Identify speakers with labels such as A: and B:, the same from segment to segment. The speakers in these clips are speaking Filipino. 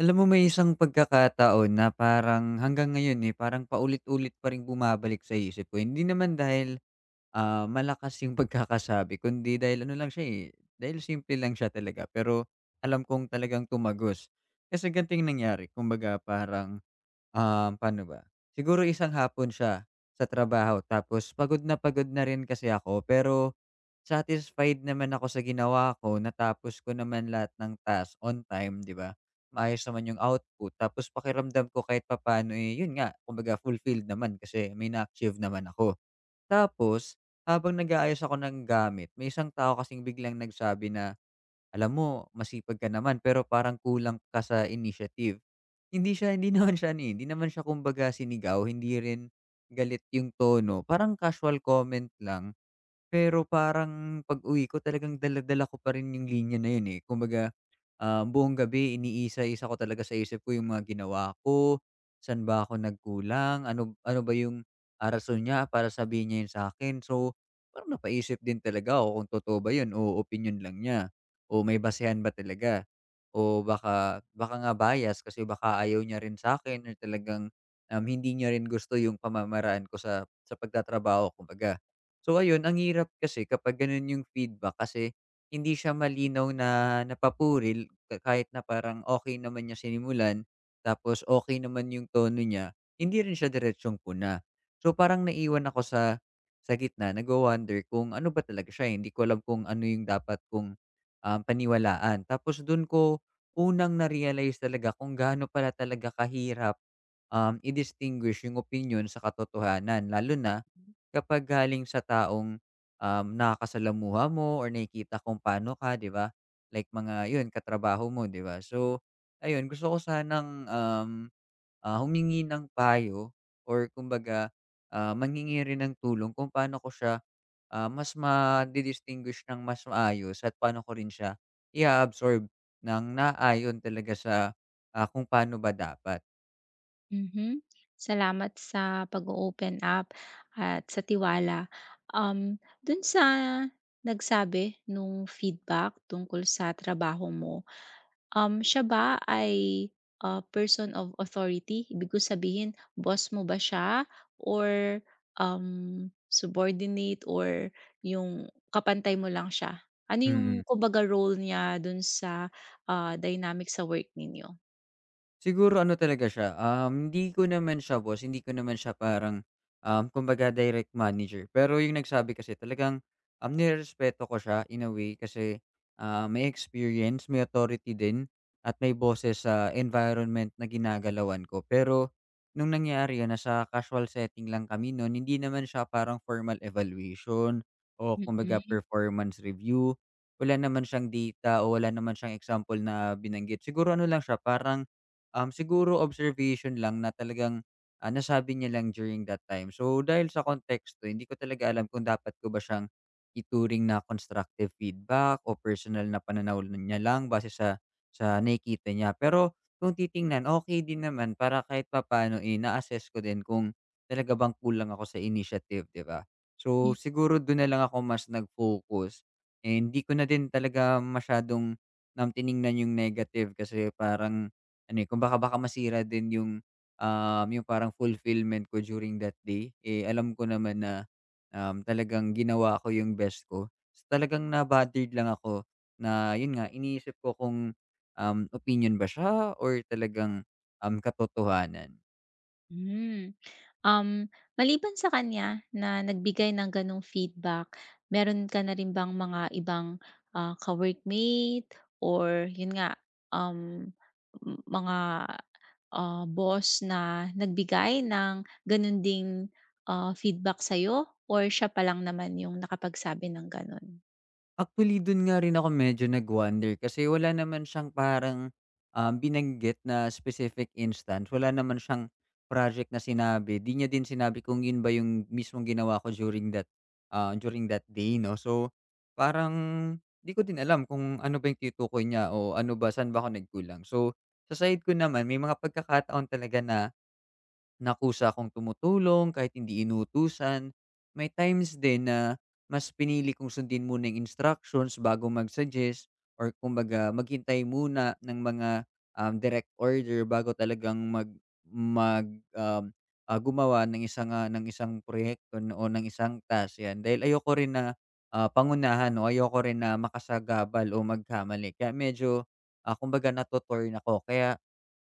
A: Alam mo, may isang pagkakataon na parang hanggang ngayon, eh, parang paulit-ulit pa ring bumabalik sa isip ko. Hindi naman dahil, malakas yung pagkakasabi kundi dahil ano lang siya, eh, dahil simple lang siya talaga pero alam kong talagang tumagos. Kasi ganito yung nangyari, kumbaga parang, paano ba, siguro isang hapon siya sa trabaho tapos pagod na rin kasi ako pero satisfied naman ako sa ginawa ko, natapos ko naman lahat ng task on time, 'di ba? Mm. Maayos naman yung output tapos pakiramdam ko kahit papaano, eh, yun nga, kumbaga fulfilled naman kasi may na-achieve naman ako. Tapos habang nag-aayos ako ng gamit, may isang tao kasing biglang nagsabi na, "Alam mo, masipag ka naman pero parang kulang ka sa initiative." Hindi siya naman siya hindi naman siya kumbaga sinigaw, hindi rin galit yung tono, parang casual comment lang. Pero parang pag-uwi ko talagang dala-dala ko pa rin yung linya na yun, eh. Kumbaga, buong gabi iniisa-isa ko talaga sa isip ko yung mga ginawa ko, saan ba ako nagkulang, ano ano ba yung, rason niya para sabihin niya yun sa akin. So, parang napaisip din talaga ako kung totoo ba yun o opinion lang niya o may basehan ba talaga o baka baka nga bias kasi baka ayaw niya rin sa akin or talagang, hindi niya rin gusto yung pamamaraan ko sa pagtatrabaho kumbaga. So ayun, ang hirap kasi kapag gano'n yung feedback kasi hindi siya malinaw, na napapuril ka kahit na parang okay naman niya sinimulan, tapos okay naman yung tono niya, hindi rin siya diretsong puna. So parang naiwan ako sa gitna, nagwa-wonder kung ano ba talaga siya, eh, hindi ko alam kung ano yung dapat kong, paniwalaan. Tapos dun ko unang na-realize talaga kung gaano pala talaga kahirap, i-distinguish yung opinyon sa katotohanan, lalo na kapag galing sa taong, nakakasalamuha mo or nakikita kung paano ka, 'di ba? Like mga 'yun, katrabaho mo, 'di ba? So, ayun, gusto ko sanang, humingi ng payo or kumbaga, mangingi rin ng tulong kung paano ko siya, mas madi-distinguish ng mas maayos, at paano ko rin siya i absorb ng naayon talaga sa, kung paano ba dapat.
B: Mhm. Salamat sa pag open up at sa tiwala. Um, Dun sa nagsabi nung feedback tungkol sa trabaho mo, siya ba ay a person of authority? Ibig ko sabihin, boss mo ba siya or subordinate or yung kapantay mo lang siya? Ano yung
A: Mm.
B: kumbaga role niya dun sa dynamic sa work ninyo?
A: Siguro ano talaga siya, hindi ko naman siya boss, hindi ko naman siya parang, kumbaga direct manager. Pero yung nagsabi kasi talagang, nirerespeto ko siya in a way kasi, may experience, may authority din at may boses sa environment na ginagalawan ko. Pero nung nangyari yun, nasa casual setting lang kami nun, hindi naman siya parang formal evaluation o kumbaga
B: Mm.
A: performance review. Wala naman siyang data o wala naman siyang example na binanggit. Siguro ano lang siya, parang, siguro observation lang na talagang, nasabi niya lang during that time. So, dahil sa konteksto hindi ko talaga alam kung dapat ko ba siyang ituring na constructive feedback o personal na pananaw niya lang base sa nakikita niya. Pero kung titingnan, okay din naman, para kahit papaano, eh, na-assess ko din kung talaga bang kulang ako sa initiative, 'di ba? So, siguro dun na lang ako mas nag-focus, and 'di ko na din talaga masyadong, tiningnan yung negative kasi parang ano, eh, kumbaga baka masira din yung, parang fulfillment ko during that day. Eh, alam ko naman na, talagang ginawa ko yung best ko. So, talagang na-bothered lang ako na yun nga, iniisip ko kung, opinyon ba siya or talagang, katotohanan.
B: Hmm. Um, Maliban sa kanya na nagbigay ng gano'ng feedback, meron ka na rin bang mga ibang ka-workmate or yun nga, um, m mga boss na nagbigay ng gano'n ding feedback sa'yo or siya pa lang naman yung nakapagsabi ng gano'n?
A: Actually, dun nga rin ako medyo nag-wonder kasi wala naman siyang parang, binanggit na specific instance. Wala naman siyang project na sinabi. 'Di niya din sinabi kung yun ba yung mismong ginawa ko during that day 'no. So, parang 'di ko din alam kung ano ba yung tinutukoy niya o ano ba, saan ba ako nagkulang. So, sa side ko naman may mga pagkakataon talaga na nakusa akong tumutulong kahit hindi inutusan. May times din na mas pinili kong sundin muna yung instructions bago mag-suggest or kumbaga maghintay muna ng mga, direct order bago talagang mag mag, um, ah, gumawa ng ng isang proyekto o ng isang task, 'yan. Dahil ayoko rin na, pangunahan o ayoko rin na makasagabal o magkamali. Kaya medyo, kumbaga natotorn ako. Kaya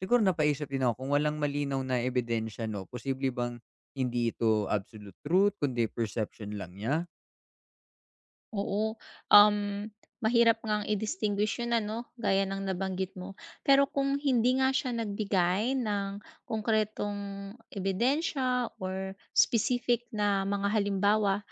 A: siguro napaisip din ako kung walang malinaw na ebidensya 'no, posible bang hindi ito absolute truth kundi perception lang niya?
B: Oo, um, mahirap ngang i-distinguish 'yun ano, gaya ng nabanggit mo. Pero kung hindi nga siya nagbigay ng konkretong ebidensya or specific na mga halimbawa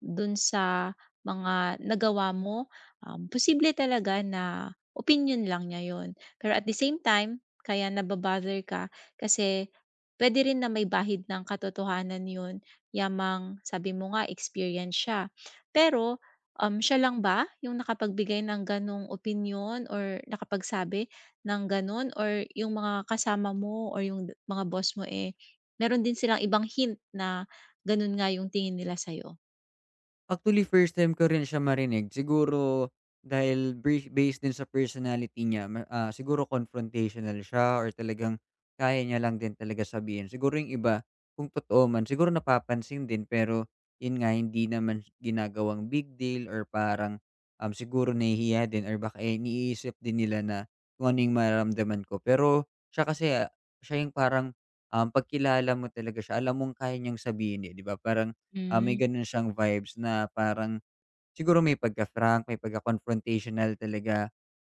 B: dun sa mga nagawa mo, posible talaga na opinion lang niya 'yun. Pero at the same time, kaya ka kasi puwede rin na may bahid ng katotohanan 'yun, yamang sabi mo nga experience siya. Pero siya lang ba yung nakapagbigay ng gano'ng opinyon or nakapagsabi ng gano'n or yung mga kasama mo or yung mga boss mo, eh, meron din silang ibang hint na gano'n nga yung tingin nila sa'yo?
A: Actually, first time ko rin siya marinig. Siguro dahil based din sa personality niya siguro confrontational siya or talagang kaya niya lang din talaga sabihin. Siguro yung iba, kung totoo man, siguro napapansin din pero yun nga hindi naman ginagawang big deal or parang, siguro nahihiya din or baka, eh, iniisip din nila na kung ano yung mararamdaman ko. Pero siya kasi, siya yung parang, 'pag mo talaga siya alam mong kaya niyang sabihin, eh, 'di ba? Parang may gano'n siyang vibes na parang siguro may pagka-frank, may pagka-confrontational talaga,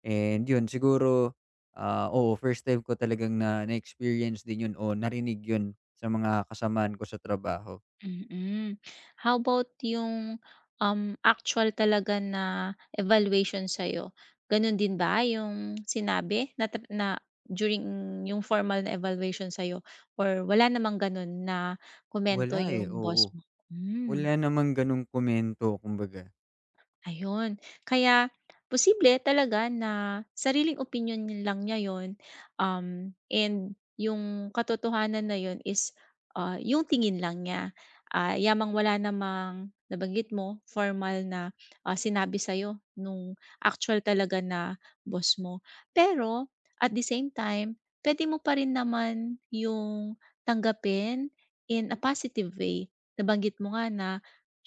A: and 'yun siguro, oo, first time ko talagang na na-experience din 'yun o narinig 'yun sa mga kasamaan ko sa trabaho.
B: Mm. How about yung actual talaga na evaluation sa'yo, gano'n din ba yung sinabi na tap na during yung formal na evaluation sa'yo or wala namang gano'n na komento
A: Wala, eh,
B: yung
A: oo.
B: boss mo?
A: Wala
B: Hmm.
A: namang gano'ng komento kumbaga,
B: Ayun. Kaya posible talaga na sariling opinyon lang niya 'yon, and yung katotohanan na 'yon is yung tingin lang niya. Ah, yamang wala namang nabanggit mo, formal na sinabi sa'yo nung actual talaga na boss mo. Pero at the same time, puwede mo pa rin naman yung tanggapin in a positive way. Nabanggit mo nga na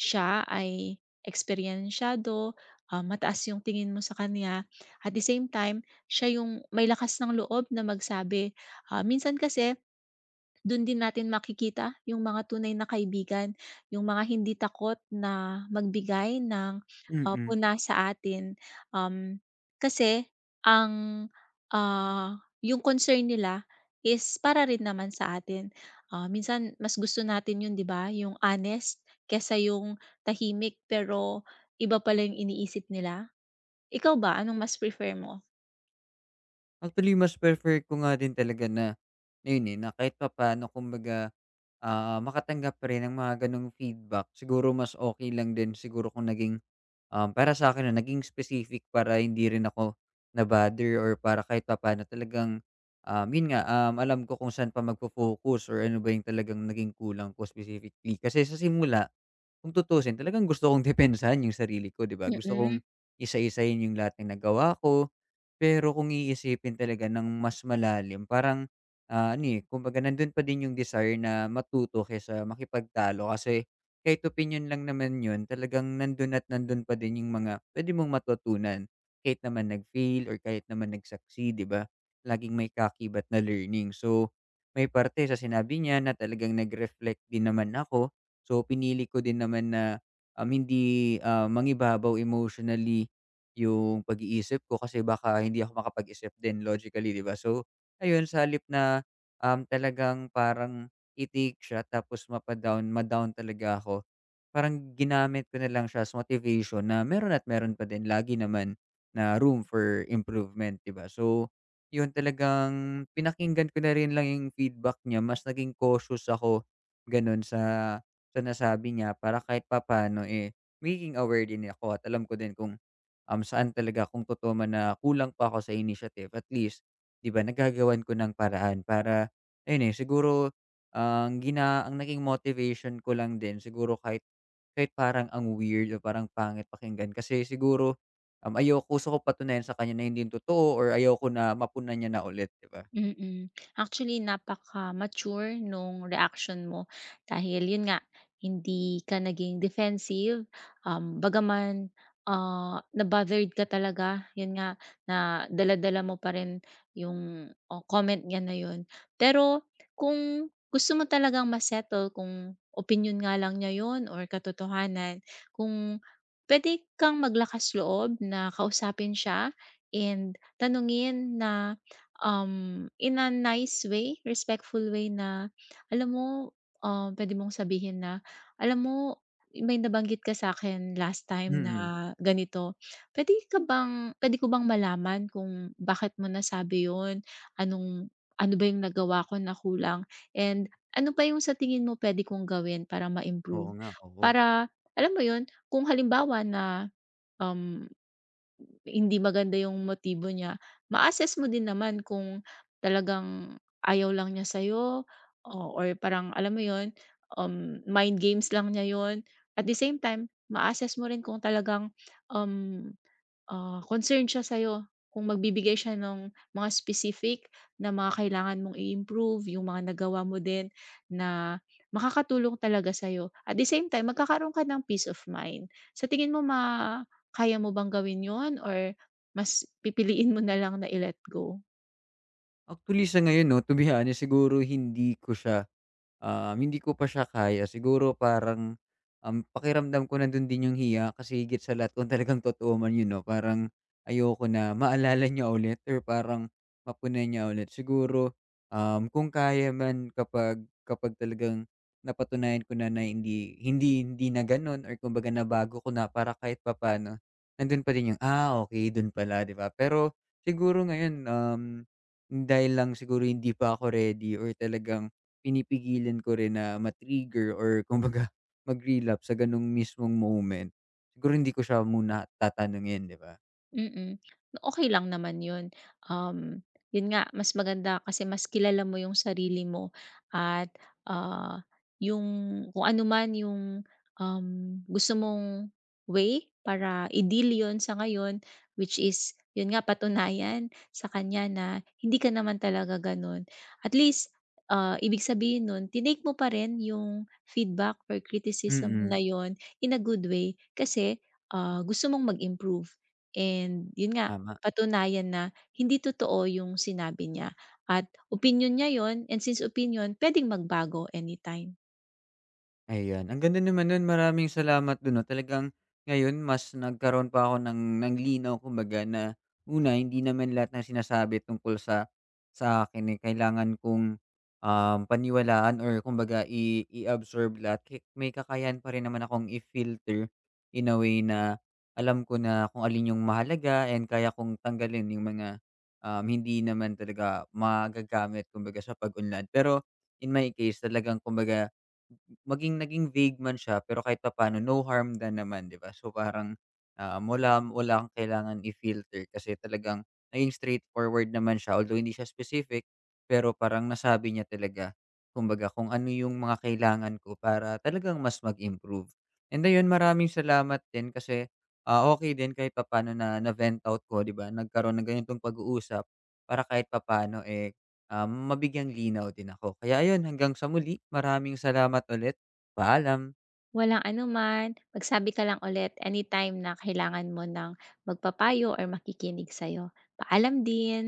B: siya ay eksperyensiyado, mataas yung tingin mo sa kanya. At the same time, siya yung may lakas ng loob na magsabi. Ah, minsan kasi do'n din natin makikita yung mga tunay na kaibigan, yung mga hindi takot na magbigay ng
A: mm.
B: puna sa atin. Um, Kasi ang yung concern nila is para rin naman sa atin. Ah, minsan mas gusto natin yun, 'di ba, yung honest kesa yung tahimik pero iba pala yung iniisip nila. Ikaw ba, anong mas prefer mo?
A: Actually, mas prefer ko nga din talaga na ayun, eh, na kahit papaano, kumbaga, makatanggap pa rin ng mga gano'ng feedback. Siguro mas okey lang din siguro kung naging, para sa akin, na naging specific para hindi rin ako na-bother or para kahit papaano talagang, yun nga, alam ko kung saan pa magfo-focus or ano ba yung talagang naging kulang ko specifically. Kasi sa simula, kung tutuusin talagang gusto kong depensahan yung sarili ko, 'di ba? Gusto
B: Mm.
A: kong isa-isahin yung lahat ng nagawa ko. Pero kung iisipin talaga ng mas malalim parang, ano, eh, kumbaga nandun pa din yung desire na matuto kaysa makipagtalo kasi kahit opinyon lang naman yun, talagang nandun at nandun pa din yung mga puwede mong matutunan kahit naman nag-fail or kahit naman nag-succeed, 'di ba? Laging may kakibat na learning. So, may parte sa sinabi niya na talagang nag-reflect din naman ako. So, pinili ko din naman na, hindi, mangibabaw emotionally yung pag-iisip ko kasi baka hindi ako makapag-isip din logically, 'di ba? So, ayun, sa halip na, talagang parang itik siya tapos madown talaga ako, parang ginamit ko na lang siya as motivation na meron at meron pa din lagi naman na room for improvement, 'di ba? So, yun, talagang pinakinggan ko na rin lang yung feedback niya, mas naging cautious ako, gano'n sa nasabi niya, para kahit papaano, eh, magiging aware din ako at alam ko din kung, saan talaga, kung totoo man na kulang pa ako sa initiative, at least, 'di ba, nagagawan ko ng paraan para ayun, eh, siguro ang naging motivation ko lang din siguro, kahit kahit parang ang weird o parang pangit pakinggan kasi siguro, ayoko, gusto ko patunayan sa kanya na hindi yun totoo or ayoko na mapunan niya na ulit, 'di ba?
B: Mm. Actually, napaka-mature nung reaction mo dahil yun nga, hindi ka naging defensive, bagaman na-bothered ka talaga, yun nga, na dala mo pa rin yung, oh, comment niya na yun. Pero kung gusto mo talagang ma-settle kung opinyon nga lang niya yun or katotohanan, kung pwede kang maglakas loob na kausapin siya and tanungin na in a nice way, respectful way na alam mo, pwede mong sabihin na, "Alam mo, may nabanggit ka sa akin last time
A: Mm.
B: na ganito, pwede ka bang puwede ko bang malaman kung bakit mo nasabi yon? Anong Ano ba yung nagawa ko na kulang? And ano pa yung sa tingin mo pwede kong gawin para
A: Oo
B: ma-improve?"
A: nga, oo.
B: Para alam mo yon kung halimbawa na um hindi maganda yung motibo niya, ma-assess mo din naman kung talagang ayaw lang niya sa'yo o or parang alam mo yun, mind games lang niya yun. At the same time, ma-assess mo rin kung talagang um ah, concerned siya sa'yo kung magbibigay siya ng mga specific na mga kailangan mong i-improve, yung mga nagawa mo din na makakatulong talaga sa'yo. At the same time, magkakaroon ka ng peace of mind. Sa tingin mo, kaya mo bang gawin yun or mas pipiliin mo na lang na i-let go?
A: Actually, sa ngayon 'no, to be honest, siguro hindi ko siya, hindi ko pa siya kaya siguro parang, pakiramdam ko nandun din yung hiya kasi higit sa lahat kung talagang totoo man yun 'no, parang ayoko na maalala niya ulit or parang mapunan niya ulit. Siguro, kung kaya man, kapag kapag talagang napatunayan ko na na hindi hindi hindi na ganun or kumbaga nabago ko na, para kahit papano nandun pa din yung, "Ah, okay, dun pala," 'di ba? Pero siguro ngayon, dahil lang siguro hindi pa ako ready or talagang pinipigilan ko rin na ma-trigger or kumbaga mag-relapse sa gano'ng mismong moment. Siguro hindi ko siya muna tatanungin, 'di ba?
B: Mm. Okey lang naman 'yun. 'Yun nga mas maganda kasi mas kilala mo yung sarili mo at ah, yung kung ano man yung um, gusto mong way para i-deal 'yun sa ngayon, which is 'yun nga patunayan sa kanya na hindi ka naman talaga gano'n. At least ibig sabihin nun tinake mo pa rin yung feedback or criticism na
A: Mm,
B: 'yun in a good way kasi gusto mong mag-improve. And yun nga,
A: tama.
B: patunayan na hindi totoo yung sinabi niya at opinyon niya yon and since opinyon, puwedeng magbago anytime.
A: Ayan, ang ganda naman nun, maraming salamat dun 'no. Talagang ngayon mas nagkaroon pa ako ng linaw kumbaga na una, hindi naman lahat ng sinasabi tungkol sa akin, eh, kailangan kong, paniwalaan or kumbaga i-absorb lahat. May kakayahan pa rin naman akong i-filter in a way na alam ko na kung alin yung mahalaga, and kaya kong tanggalin yung mga, hindi naman talaga magagamit kumbaga sa pag-unlad. Pero in my case talagang kumbaga naging vague man siya, pero kahit papaano no harm din naman, 'di ba? So parang, um, wala wala kang kailangan i-filter kasi talagang naging straightforward naman siya, although hindi siya specific, pero parang nasabi niya talaga kumbaga kung ano yung mga kailangan ko para talagang mas mag-improve. And ayun, maraming salamat din kasi, okey din kahit papaano na na-vent out ko, 'di ba? Nagkaroon ng ganitong pag-uusap para kahit papaano, eh, mabigyang linaw din ako. Kaya ayun, hanggang sa muli. Maraming salamat ulit. Paalam.
B: Walang anuman, magsabi ka lang ulit anytime na kailangan mo ng magpapayo or makikinig sa'yo. Paalam din.